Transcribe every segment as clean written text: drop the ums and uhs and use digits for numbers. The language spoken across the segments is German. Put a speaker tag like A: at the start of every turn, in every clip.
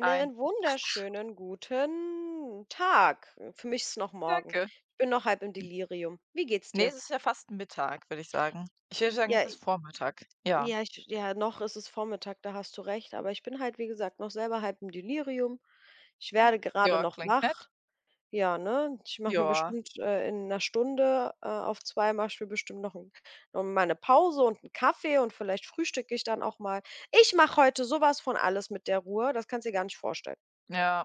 A: Nein,
B: wunderschönen guten Tag. Für mich ist es noch morgen.
A: danke.
B: Ich bin noch halb im Delirium. Wie geht's
A: Ne,
B: dir?
A: es ist ja fast Mittag, würde ich sagen. Ich würde sagen,
B: Ja,
A: es ist Vormittag. Ja.
B: ja, ja, noch ist es Vormittag, da hast du recht, aber ich bin halt, wie gesagt, noch selber halb im Delirium. Ich werde gerade
A: Ja,
B: noch
A: klingt
B: wach.
A: nett.
B: Ja, ne? Ich mache mir
A: Ja,
B: bestimmt in einer Stunde auf zwei mache ich mir bestimmt noch, noch mal eine Pause und einen Kaffee und vielleicht frühstücke ich dann auch mal. Ich mache heute sowas von alles mit der Ruhe, das kannst du dir gar nicht vorstellen.
A: ja,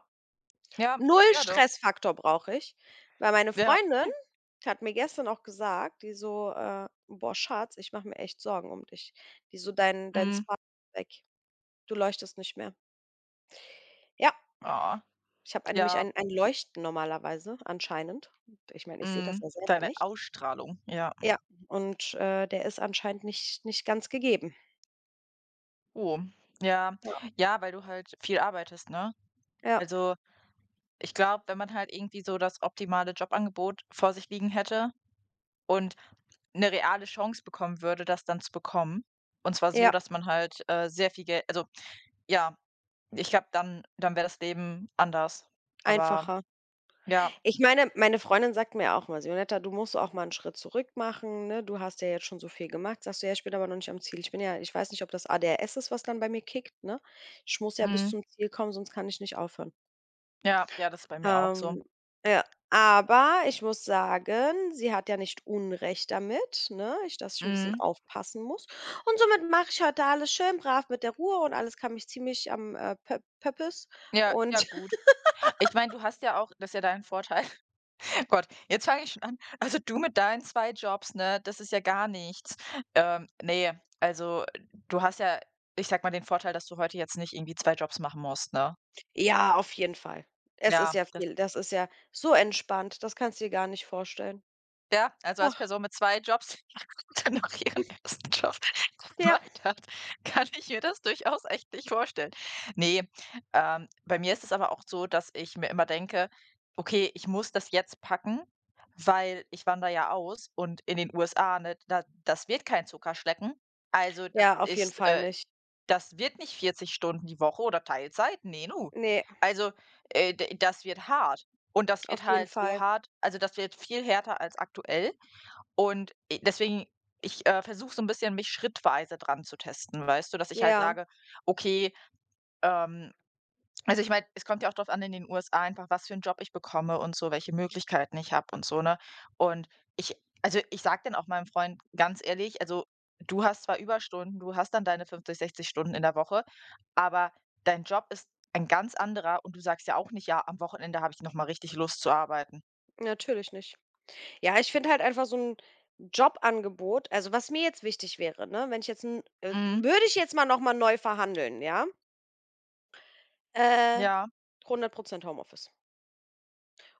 A: ja,
B: Null
A: ja doch.
B: Stressfaktor brauche ich, weil meine
A: Ja,
B: Freundin hat mir gestern auch gesagt, die so, „Boah, Schatz, ich mache mir echt Sorgen um dich.“ Die so: „Dein
A: mhm,
B: Spark ist weg. Du leuchtest nicht mehr.“ Ja,
A: ah,
B: ich habe nämlich
A: ja,
B: ein Leuchten normalerweise, anscheinend. Ich meine, ich sehe das
A: mhm,
B: ja selber
A: deine
B: nicht.
A: Ausstrahlung, ja.
B: Ja, und, der ist anscheinend nicht ganz gegeben.
A: Oh, ja.
B: Ja,
A: Ja, weil du halt viel arbeitest, ne?
B: ja,
A: Also, ich glaube, wenn man halt irgendwie so das optimale Jobangebot vor sich liegen hätte und eine reale Chance bekommen würde, das dann zu bekommen, und zwar so,
B: ja,
A: dass man halt, sehr viel Geld. Also, ja, ich glaube, dann wäre das Leben anders. Aber
B: einfacher.
A: ja,
B: Ich meine, meine Freundin sagt mir auch mal: "Sionetta, du musst auch mal einen Schritt zurück machen, ne? Du hast ja jetzt schon so viel gemacht.“ Sagst du: „Ja, ich bin aber noch nicht am Ziel. Ich bin ja ich weiß nicht, ob das ADHS ist, was dann bei mir kickt, ne? Ich muss ja bis
A: mhm,
B: zum Ziel kommen, sonst kann ich nicht aufhören.“
A: ja, ja, das ist bei mir auch so.
B: Ähm, ja, aber ich muss sagen, sie hat ja nicht Unrecht damit, ne, ich dass ich ein bisschen
A: Mhm.
B: aufpassen muss. Und somit mache ich heute alles schön brav mit der Ruhe und alles kann mich ziemlich am, Pö Pöppes
A: Ja, ja
B: und.
A: gut. Ich meine, du hast ja auch, das ist ja dein Vorteil. Gott, jetzt fange ich schon an. Also, du mit deinen 2 Jobs, ne, das ist ja gar nichts. Ne, also, du hast ja, ich sag mal, den Vorteil, dass du heute jetzt nicht irgendwie 2 Jobs machen musst, ne?
B: Ja, auf jeden Fall. Es ist
A: Ja,
B: ja
A: das.
B: viel das ist ja so entspannt, das kannst du dir gar nicht vorstellen.
A: Ja, also als
B: Ach,
A: Person mit 2 Jobs, die dann noch ihren ersten Job
B: ja.
A: gemacht hat, kann ich mir das durchaus echt nicht vorstellen. Ne, bei mir ist es aber auch so, dass ich mir immer denke: „Okay, ich muss das jetzt packen, weil ich wandere ja aus“, und in den USA, ne, da, das wird kein Zuckerschlecken. Also, das
B: Ja, auf jeden
A: ist,
B: Fall nicht.
A: das wird nicht 40 Stunden die Woche oder Teilzeit, ne nu.
B: Ne,
A: Also, d das wird hart, und das wird
B: auf jeden
A: halt so
B: Fall.
A: hart, also, das wird viel härter als aktuell, und, deswegen versuche so ein bisschen, mich schrittweise dran zu testen, weißt du? Dass ich halt
B: Ja,
A: sage: „Okay, ähm“ also, ich meine, es kommt ja auch drauf an in den USA einfach, was für einen Job ich bekomme und so, welche Möglichkeiten ich habe und so, ne? Und ich also, ich sage dann auch meinem Freund ganz ehrlich: „Also, du hast zwar Überstunden, du hast dann deine 50, 60 Stunden in der Woche, aber dein Job ist ein ganz anderer und du sagst ja auch nicht: ‚Ja, am Wochenende habe ich noch mal richtig Lust zu arbeiten.'“
B: natürlich nicht. Ja, ich finde halt einfach so 'n Jobangebot, also, was mir jetzt wichtig wäre, ne? wenn ich jetzt 'n
A: Mhm.
B: Würde ich jetzt mal noch mal neu verhandeln, ja? Äh,
A: Ja.
B: 100% Homeoffice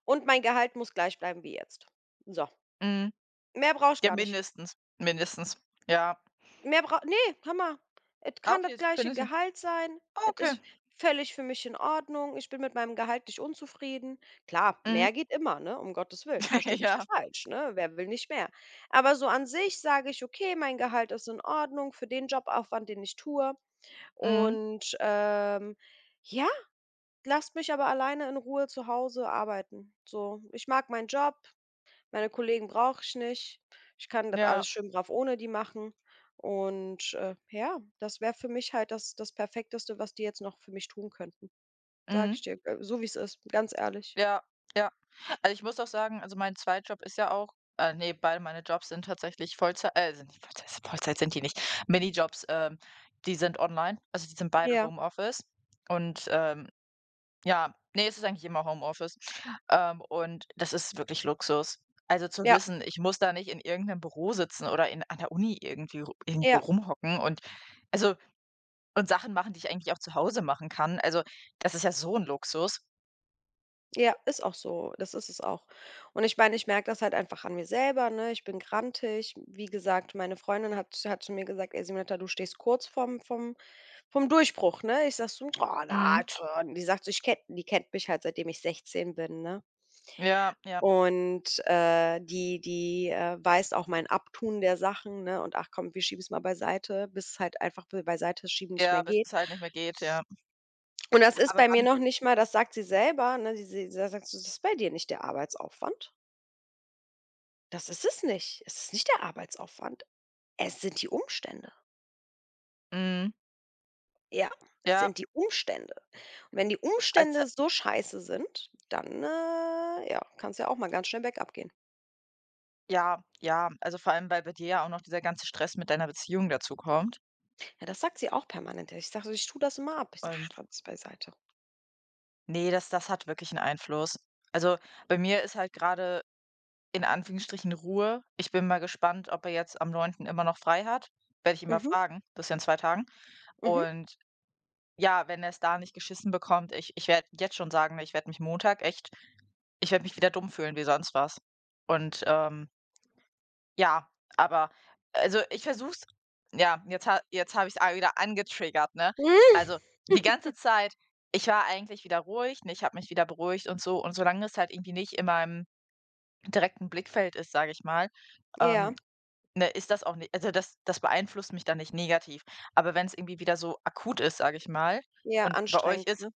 B: und mein Gehalt muss gleich bleiben wie jetzt. So,
A: Mhm.
B: mehr brauche ich
A: Ja,
B: gar nicht.
A: mindestens, mindestens, ja.
B: Mehr braucht, ne, hör mal, et
A: Ah,
B: kann
A: okay,
B: das
A: das
B: gleiche
A: findest du,
B: Gehalt sein.
A: ah,
B: Es
A: okay.
B: ist völlig für mich in Ordnung. Ich bin mit meinem Gehalt nicht unzufrieden. Klar,
A: Mhm.
B: mehr geht immer, ne, um Gottes Willen, versteh mich
A: Ja,
B: nicht falsch, ne? Wer will nicht mehr? Aber so an sich sage ich: „Okay, mein Gehalt ist in Ordnung für den Jobaufwand, den ich tue
A: mhm,
B: und, ja, lasst mich aber alleine in Ruhe zu Hause arbeiten.“ So, ich mag meinen Job. Meine Kollegen brauche ich nicht. Ich kann das
A: ja,
B: alles schön brav ohne die machen. Und, ja, das wäre für mich halt das Perfekteste, was die jetzt noch für mich tun könnten. Sage
A: mhm,
B: ich dir, so wie es ist, ganz ehrlich.
A: ja, ja. Also, ich muss auch sagen, also, mein Zweitjob ist ja auch, ne, beide meine Jobs sind tatsächlich Vollzei sind nicht Vollzeit, Vollzeit sind die nicht. Minijobs, die sind online, also, die sind beide
B: Ja,
A: Homeoffice und, ja, ne, es ist eigentlich immer Homeoffice. Und das ist wirklich Luxus. Also, zu
B: ja,
A: wissen, ich muss da nicht in irgendeinem Büro sitzen oder in an der Uni irgendwie ru irgendwo
B: ja,
A: rumhocken und also, und Sachen machen, die ich eigentlich auch zu Hause machen kann. Also, das ist ja so ein Luxus.
B: ja, ist auch so. Das ist es auch. Und ich meine, ich merke das halt einfach an mir selber, ne? Ich bin grantig. Wie gesagt, meine Freundin hat zu mir gesagt: „Ey Simonetta, du stehst kurz vom Durchbruch“, ne? Ich sag so: „Oh, na
A: Mhm.
B: schon.“ Die sagt so, ich kenn die kennt mich halt, seitdem ich 16 bin, ne?
A: Ja, ja,
B: Und, die die, weiß auch mein Abtun der Sachen, ne, und: „Ach komm, wir schieben es mal beiseite“, bis es halt einfach be beiseite schieben nicht
A: ja,
B: mehr
A: bis
B: geht.
A: es halt nicht mehr geht, ja.
B: Und das ist
A: Aber
B: bei mir
A: wann,
B: noch nicht mal, das sagt sie selber, ne? Sie da sagt sie: „Das ist bei dir nicht der Arbeitsaufwand.“ Das ist es nicht. Es ist nicht der Arbeitsaufwand. Es sind die Umstände.
A: mhm,
B: Ja, es
A: ja,
B: sind die Umstände. Und wenn die
A: als
B: Umstände so scheiße sind, dann, ja, kann's ja auch mal ganz schnell bergab gehen.
A: ja, ja, also, vor allem, weil bei dir ja auch noch dieser ganze Stress mit deiner Beziehung dazukommt
B: Ja, das sagt sie auch permanent. Ich sage so: „Ich tue das immer ab.“ Ich sage: „Ach,
A: und
B: das ist beiseite.“
A: nee, das hat wirklich einen Einfluss. Also, bei mir ist halt gerade in Anführungsstrichen Ruhe. Ich bin mal gespannt, ob er jetzt am Neunten immer noch frei hat. Werde ich ihn mal
B: Mhm.
A: fragen. Das ist ja in 2 Tagen.
B: Mhm.
A: Und ja, wenn er es da nicht geschissen bekommt, ich werde jetzt schon sagen, ich werde mich Montag echt, ich werde mich wieder dumm fühlen wie sonst was. Und, ja, aber also, ich versuche es, ja, jetzt habe ich's a wieder angetriggert, ne?
B: Hm,
A: Also, die ganze Zeit, ich war eigentlich wieder ruhig, ne, ich habe mich wieder beruhigt und so. Und solange es halt irgendwie nicht in meinem direkten Blickfeld ist, sage ich mal, ähm,
B: ja,
A: ne, ist das auch nicht, also, das beeinflusst mich dann nicht negativ. Aber wenn es irgendwie wieder so akut ist, sage ich mal,
B: ja,
A: und bei euch
B: anstrengend,
A: ist,
B: ne?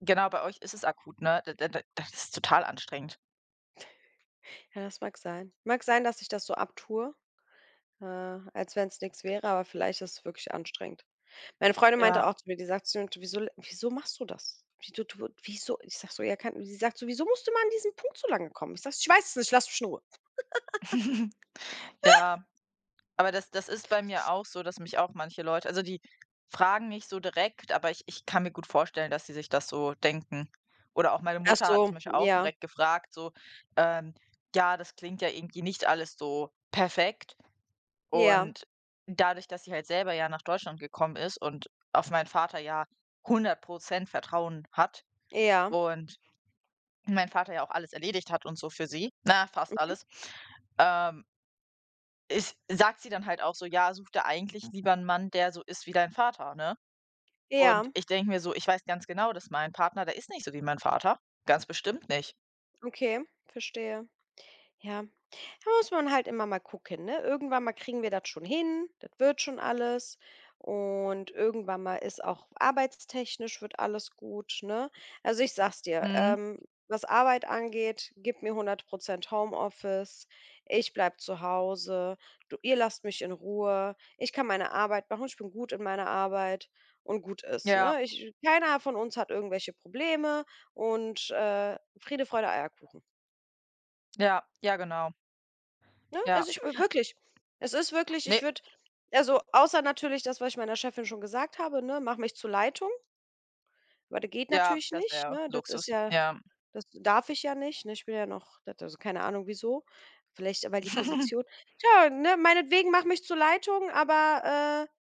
A: genau, bei euch ist es akut, ne? Da das ist total anstrengend.
B: Ja, das mag sein. Mag sein, dass ich das so abtue, äh, als wenn es nichts wäre, aber vielleicht ist es wirklich anstrengend. Meine Freundin
A: Ja.
B: meinte auch zu mir, die sagt zu mir: „Wieso l wieso machst du das? Wie du wieso?“ Ich sag so: „Ja, kann“. Sie sagt so: „Wieso musst du immer an diesen Punkt so lange kommen?“ Ich sag: „Ich weiß es nicht, lass mich in Ruhe.“
A: Ja, aber das ist bei mir auch so, dass mich auch manche Leute, also, die fragen nicht so direkt, aber ich kann mir gut vorstellen, dass sie sich das so denken. Oder auch meine
B: Ach
A: Mutter hat zum
B: so,
A: Beispiel auch
B: ja,
A: direkt gefragt, so, ähm: „Ja, das klingt ja irgendwie nicht alles so perfekt.“
B: ja,
A: Und dadurch, dass sie halt selber ja nach Deutschland gekommen ist und auf meinen Vater ja 100% Vertrauen hat
B: ja,
A: und mein Vater ja auch alles erledigt hat und so für sie, na, fast
B: mhm,
A: alles, ähm, ist sagt sie dann halt auch so: „Ja, such dir eigentlich lieber einen Mann, der so ist wie dein Vater“, ne? Und
B: ja,
A: ich denke mir so: „Ich weiß ganz genau, dass mein Partner, der ist nicht so wie mein Vater, ganz bestimmt nicht.“
B: okay, verstehe. Ja, da muss man halt immer mal gucken, ne? Irgendwann mal kriegen wir das schon hin, das wird schon alles. Und irgendwann mal ist auch arbeitstechnisch wird alles gut, ne? Also ich sag's dir,
A: Mhm.
B: was Arbeit angeht, gib mir 100% Homeoffice, ich bleib zu Hause, du, ihr lasst mich in Ruhe, ich kann meine Arbeit machen, ich bin gut in meiner Arbeit und gut ist,
A: Ja,
B: ne? Keiner von uns hat irgendwelche Probleme und Friede, Freude, Eierkuchen.
A: ja, ja, genau.
B: Ne?
A: Ja.
B: Also, ich wirklich. Es ist wirklich,
A: Ne,
B: ich würde, also, außer natürlich das, was ich meiner Chefin schon gesagt habe, ne: „Mach mich zur Leitung“, weil das geht
A: ja,
B: natürlich
A: das
B: nicht,
A: wäre
B: ne? Das ist
A: Luxus.
B: ja
A: Ja.
B: das darf ich ja nicht, ne? Ich bin ja noch das, also, keine Ahnung wieso. Vielleicht, weil die Position, tja, ne, meinetwegen mach mich zur Leitung, aber,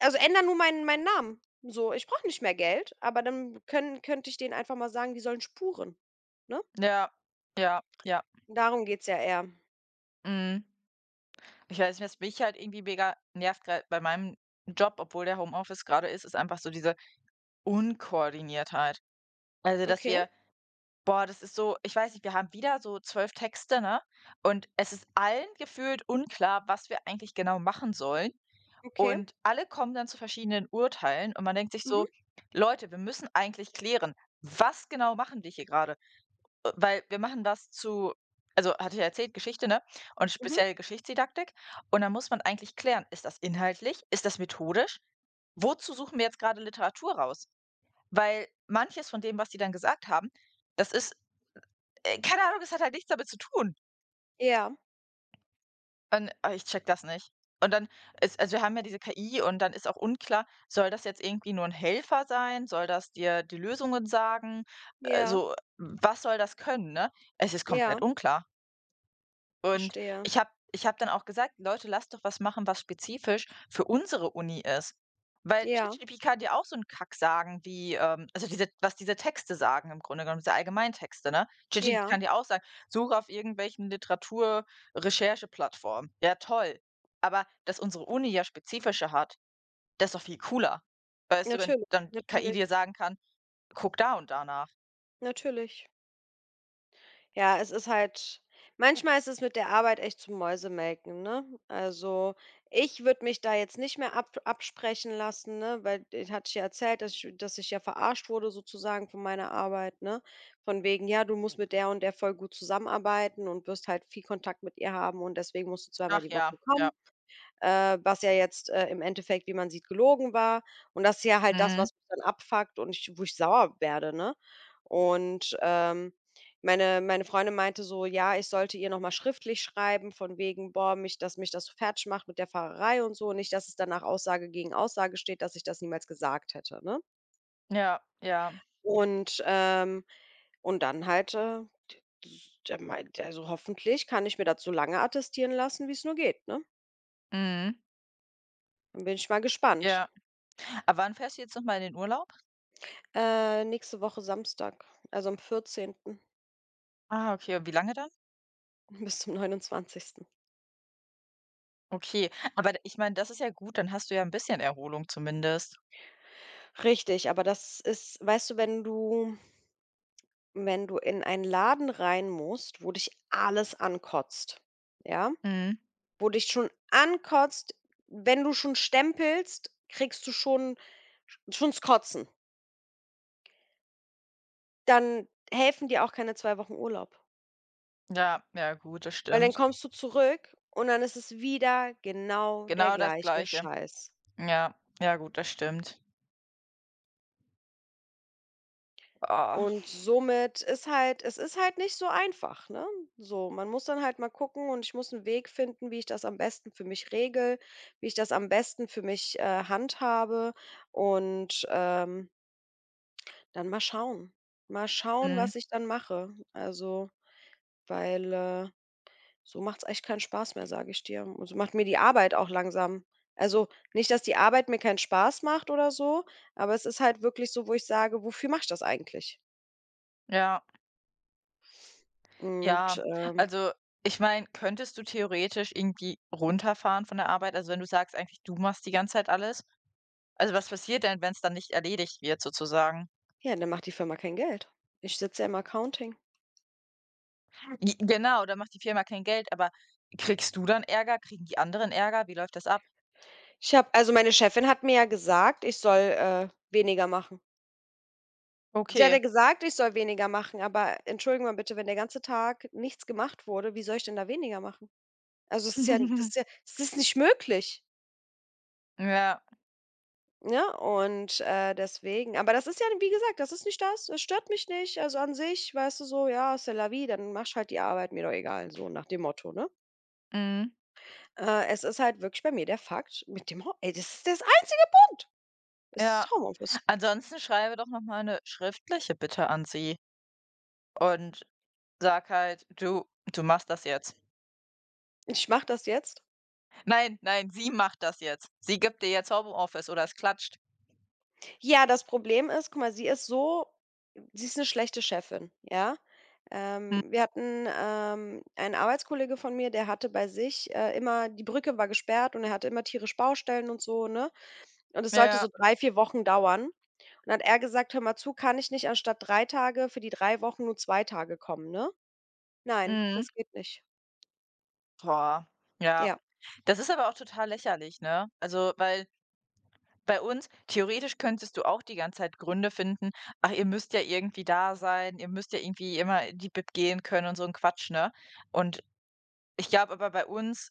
B: also, änder nur meinen Namen. So, ich brauche nicht mehr Geld, aber dann können könnte ich denen einfach mal sagen, die sollen spuren, ne?
A: Ja, ja, ja.
B: Darum geht's ja eher.
A: Mhm. Ich weiß nicht, was mich halt irgendwie mega nervt, grad bei meinem Job, obwohl der Homeoffice gerade ist, ist einfach so diese Unkoordiniertheit. Also, dass
B: Okay,
A: wir, boah, das ist so, ich weiß nicht, wir haben wieder so 12 Texte, ne? Und es ist allen gefühlt unklar, was wir eigentlich genau machen sollen.
B: okay.
A: Und alle kommen dann zu verschiedenen Urteilen und man denkt sich
B: Mhm,
A: so: „Leute, wir müssen eigentlich klären, was genau machen wir hier gerade? Weil wir machen das zu, also hatte ich ja erzählt, Geschichte, ne, und
B: mhm.
A: speziell Geschichtsdidaktik. Und dann muss man eigentlich klären: Ist das inhaltlich? Ist das methodisch? Wozu suchen wir jetzt gerade Literatur raus? Weil manches von dem, was die dann gesagt haben, das ist, keine Ahnung, das hat halt nichts damit zu tun.
B: Ja,
A: Und, ah, ich checke das nicht. Und dann ist, also wir haben ja diese KI, und dann ist auch unklar, soll das jetzt irgendwie nur ein Helfer sein? Soll das dir die Lösungen sagen?
B: ja,
A: So, was soll das können, ne? Es ist komplett
B: ja.
A: unklar. Und
B: Verstehe.
A: ich habe dann auch gesagt: „Leute, lasst doch was machen, was spezifisch für unsere Uni ist.“ Weil
B: Ja,
A: ChatGPT kann dir auch so 'n Kack sagen wie, also diese, was diese Texte sagen im Grunde genommen, diese Allgemeintexte, ne? ChatGPT
B: ja,
A: kann dir auch sagen: „Suche auf irgendwelchen Literatur-Rechercheplattformen.“ Ja, toll. Aber dass unsere Uni ja spezifische hat, das ist doch viel cooler. Weißt du, wenn
B: natürlich,
A: dann die KI
B: natürlich,
A: dir sagen kann: „Guck da und danach“,
B: natürlich. Ja, es ist halt manchmal ist es mit der Arbeit echt zum Mäusemelken, ne? Also, ich würde mich da jetzt nicht mehr ab absprechen lassen, ne, weil ich hatte ich ja erzählt, dass ich ja verarscht wurde sozusagen von meiner Arbeit, ne? Von wegen: „Ja, du musst mit der und der voll gut zusammenarbeiten und wirst halt viel Kontakt mit ihr haben und deswegen musst du zweimal
A: ach
B: die Woche
A: ja, ja.
B: kommen.“ Was ja jetzt, im Endeffekt, wie man sieht, gelogen war. Und das ist ja halt das,
A: Mhm.
B: was mich dann abfuckt und ich wo ich sauer werde, ne? Und, meine Freundin meinte so: „Ja, ich sollte ihr noch mal schriftlich schreiben von wegen: „Boah, mich dass mich das so fertig macht mit der Fahrerei und so, nicht, dass es danach Aussage gegen Aussage steht, dass ich das niemals gesagt hätte“, ne?
A: Ja, ja.
B: Und, ähm und dann halt, der meint, also, hoffentlich kann ich mir das so lange attestieren lassen, wie es nur geht, ne?
A: Mhm.
B: Dann bin ich mal gespannt.
A: Ja. Aber wann fährst du jetzt noch mal in den Urlaub?
B: Nächste Woche Samstag, also am 14.
A: Ah, okay. Und wie lange dann?
B: bis zum neunundzwanzigsten.
A: Okay. Aber d ich meine, das ist ja gut, dann hast du ja ein bisschen Erholung zumindest.
B: Richtig, aber das ist weißt du, wenn du in einen Laden rein musst, wo dich alles ankotzt, ja?
A: Mhm.
B: Wo dich schon ankotzt, wenn du schon stempelst, kriegst du schon's Kotzen. Dann helfen dir auch keine 2 Wochen Urlaub,
A: Ja, ja gut, das
B: weil dann
A: stimmt.
B: kommst du zurück und dann ist es wieder genau der
A: Genau das
B: gleiche
A: Gleiche.
B: Scheiß.
A: Ja, ja gut, das stimmt. Ah.
B: Und somit ist halt, es ist halt nicht so einfach, ne? So, man muss dann halt mal gucken und ich muss einen Weg finden, wie ich das am besten für mich, handhabe und, dann mal schauen. Mal schauen,
A: Mhm.
B: was ich dann mache. Also, weil, so macht's echt keinen Spaß mehr, sage ich dir. Und so macht mir die Arbeit auch langsam, also, nicht, dass die Arbeit mir keinen Spaß macht oder so, aber es ist halt wirklich so, wo ich sage: „Wofür mache ich das eigentlich?“
A: Ja,
B: Und,
A: ja.
B: ähm
A: Also, ich meine, könntest du theoretisch irgendwie runterfahren von der Arbeit? Also, wenn du sagst eigentlich, du machst die ganze Zeit alles. Also, was passiert denn, wenn es dann nicht erledigt wird sozusagen?
B: Ja, dann macht die Firma kein Geld. Ich sitze ja im Accounting.
A: G genau, dann macht die Firma kein Geld, aber kriegst du dann Ärger? Kriegen die anderen Ärger? Wie läuft das ab?
B: Ich habe also meine Chefin hat mir ja gesagt, ich soll, weniger machen. Sie hat ja
A: Okay.
B: gesagt, ich soll weniger machen, aber entschuldigen mal bitte, wenn der ganze Tag nichts gemacht wurde, wie soll ich denn da weniger machen? Also, es ist nicht möglich.
A: Ja,
B: Ja. Und, deswegen, aber das ist ja, wie gesagt, das ist nicht das, das stört mich nicht. Also, an sich, weißt du, so, ja, c'est la vie, dann machst halt die Arbeit, mir doch egal, so nach dem Motto, ne?
A: mhm.
B: Es ist halt wirklich bei mir der Fakt mit dem Ho ey, das ist das einzige Punkt. Ist
A: Ja.
B: Homeoffice.
A: Ansonsten schreibe doch noch mal 'ne schriftliche Bitte an sie und sag halt: „Du, du machst das jetzt.“
B: Ich mache das jetzt.
A: Nein, nein, sie macht das jetzt. Sie gibt dir jetzt Homeoffice oder es klatscht.
B: Ja, das Problem ist, guck mal, sie ist eine schlechte Chefin, ja?
A: Hm,
B: Wir hatten, einen Arbeitskollege von mir, der hatte bei sich, immer die Brücke war gesperrt und er hatte immer tierisch Baustellen und so, ne? Und es sollte
A: ja,
B: so 3 4 Wochen dauern. Und dann hat er gesagt: „Hör mal zu, kann ich nicht anstatt 3 Tage für die 3 Wochen nur 2 Tage kommen, ne?“ Nein,
A: mhm.
B: das geht nicht.
A: Boah, ja.
B: Ja,
A: Das ist aber auch total lächerlich, ne? Also, weil bei uns theoretisch könntest du auch die ganze Zeit Gründe finden: „Ach, ihr müsst ja irgendwie da sein, ihr müsst ja irgendwie immer in die Bib gehen können“ und so ein Quatsch, ne? Und ich glaube aber bei uns,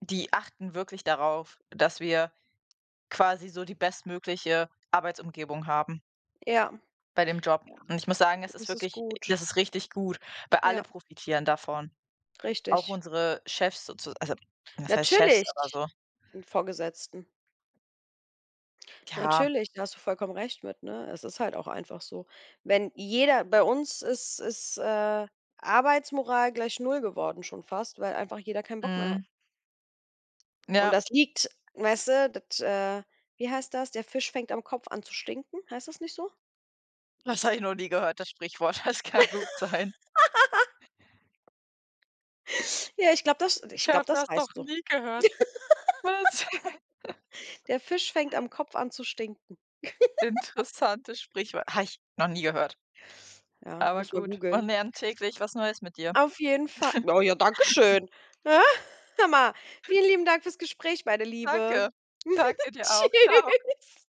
A: die achten wirklich darauf, dass wir quasi so die bestmögliche Arbeitsumgebung haben
B: ja,
A: bei dem Job.
B: ja,
A: Und ich muss sagen, es ist
B: das ist
A: wirklich,
B: gut.
A: das ist richtig gut, weil alle
B: Ja,
A: profitieren davon. Auch
B: richtig.
A: unsere Chefs, sozu, also, das heißt Chefs, aber
B: Natürlich.
A: so,
B: 'N Vorgesetzten.
A: ja,
B: Natürlich, da hast du vollkommen recht mit, ne? Es ist halt auch einfach so. Wenn jeder bei uns ist, Arbeitsmoral gleich null geworden schon fast, weil einfach jeder keinen Bock mehr
A: mhm,
B: hat. Und
A: ja,
B: das liegt, weißt du, das, wie heißt das? „Der Fisch fängt am Kopf an zu stinken“, heißt das nicht so?
A: das habe ich noch nie gehört, das Sprichwort. Das kann gut sein.
B: Ja, ich glaube,
A: Ich habe
B: das
A: das doch
B: heißt so.
A: nie gehört. Was?
B: „Der Fisch fängt am Kopf an zu stinken.“
A: Interessantes Sprichwort. Habe ich noch nie gehört.
B: Ja,
A: Aber
B: muss man
A: gut, man
B: googeln.
A: lernt täglich was Neues mit dir.
B: Auf jeden Fall. Oh ja, danke schön. Ne? Hör vielen lieben Dank fürs Gespräch, meine Liebe.
A: Danke. Danke dir auch. Ciao.
B: Tschüss.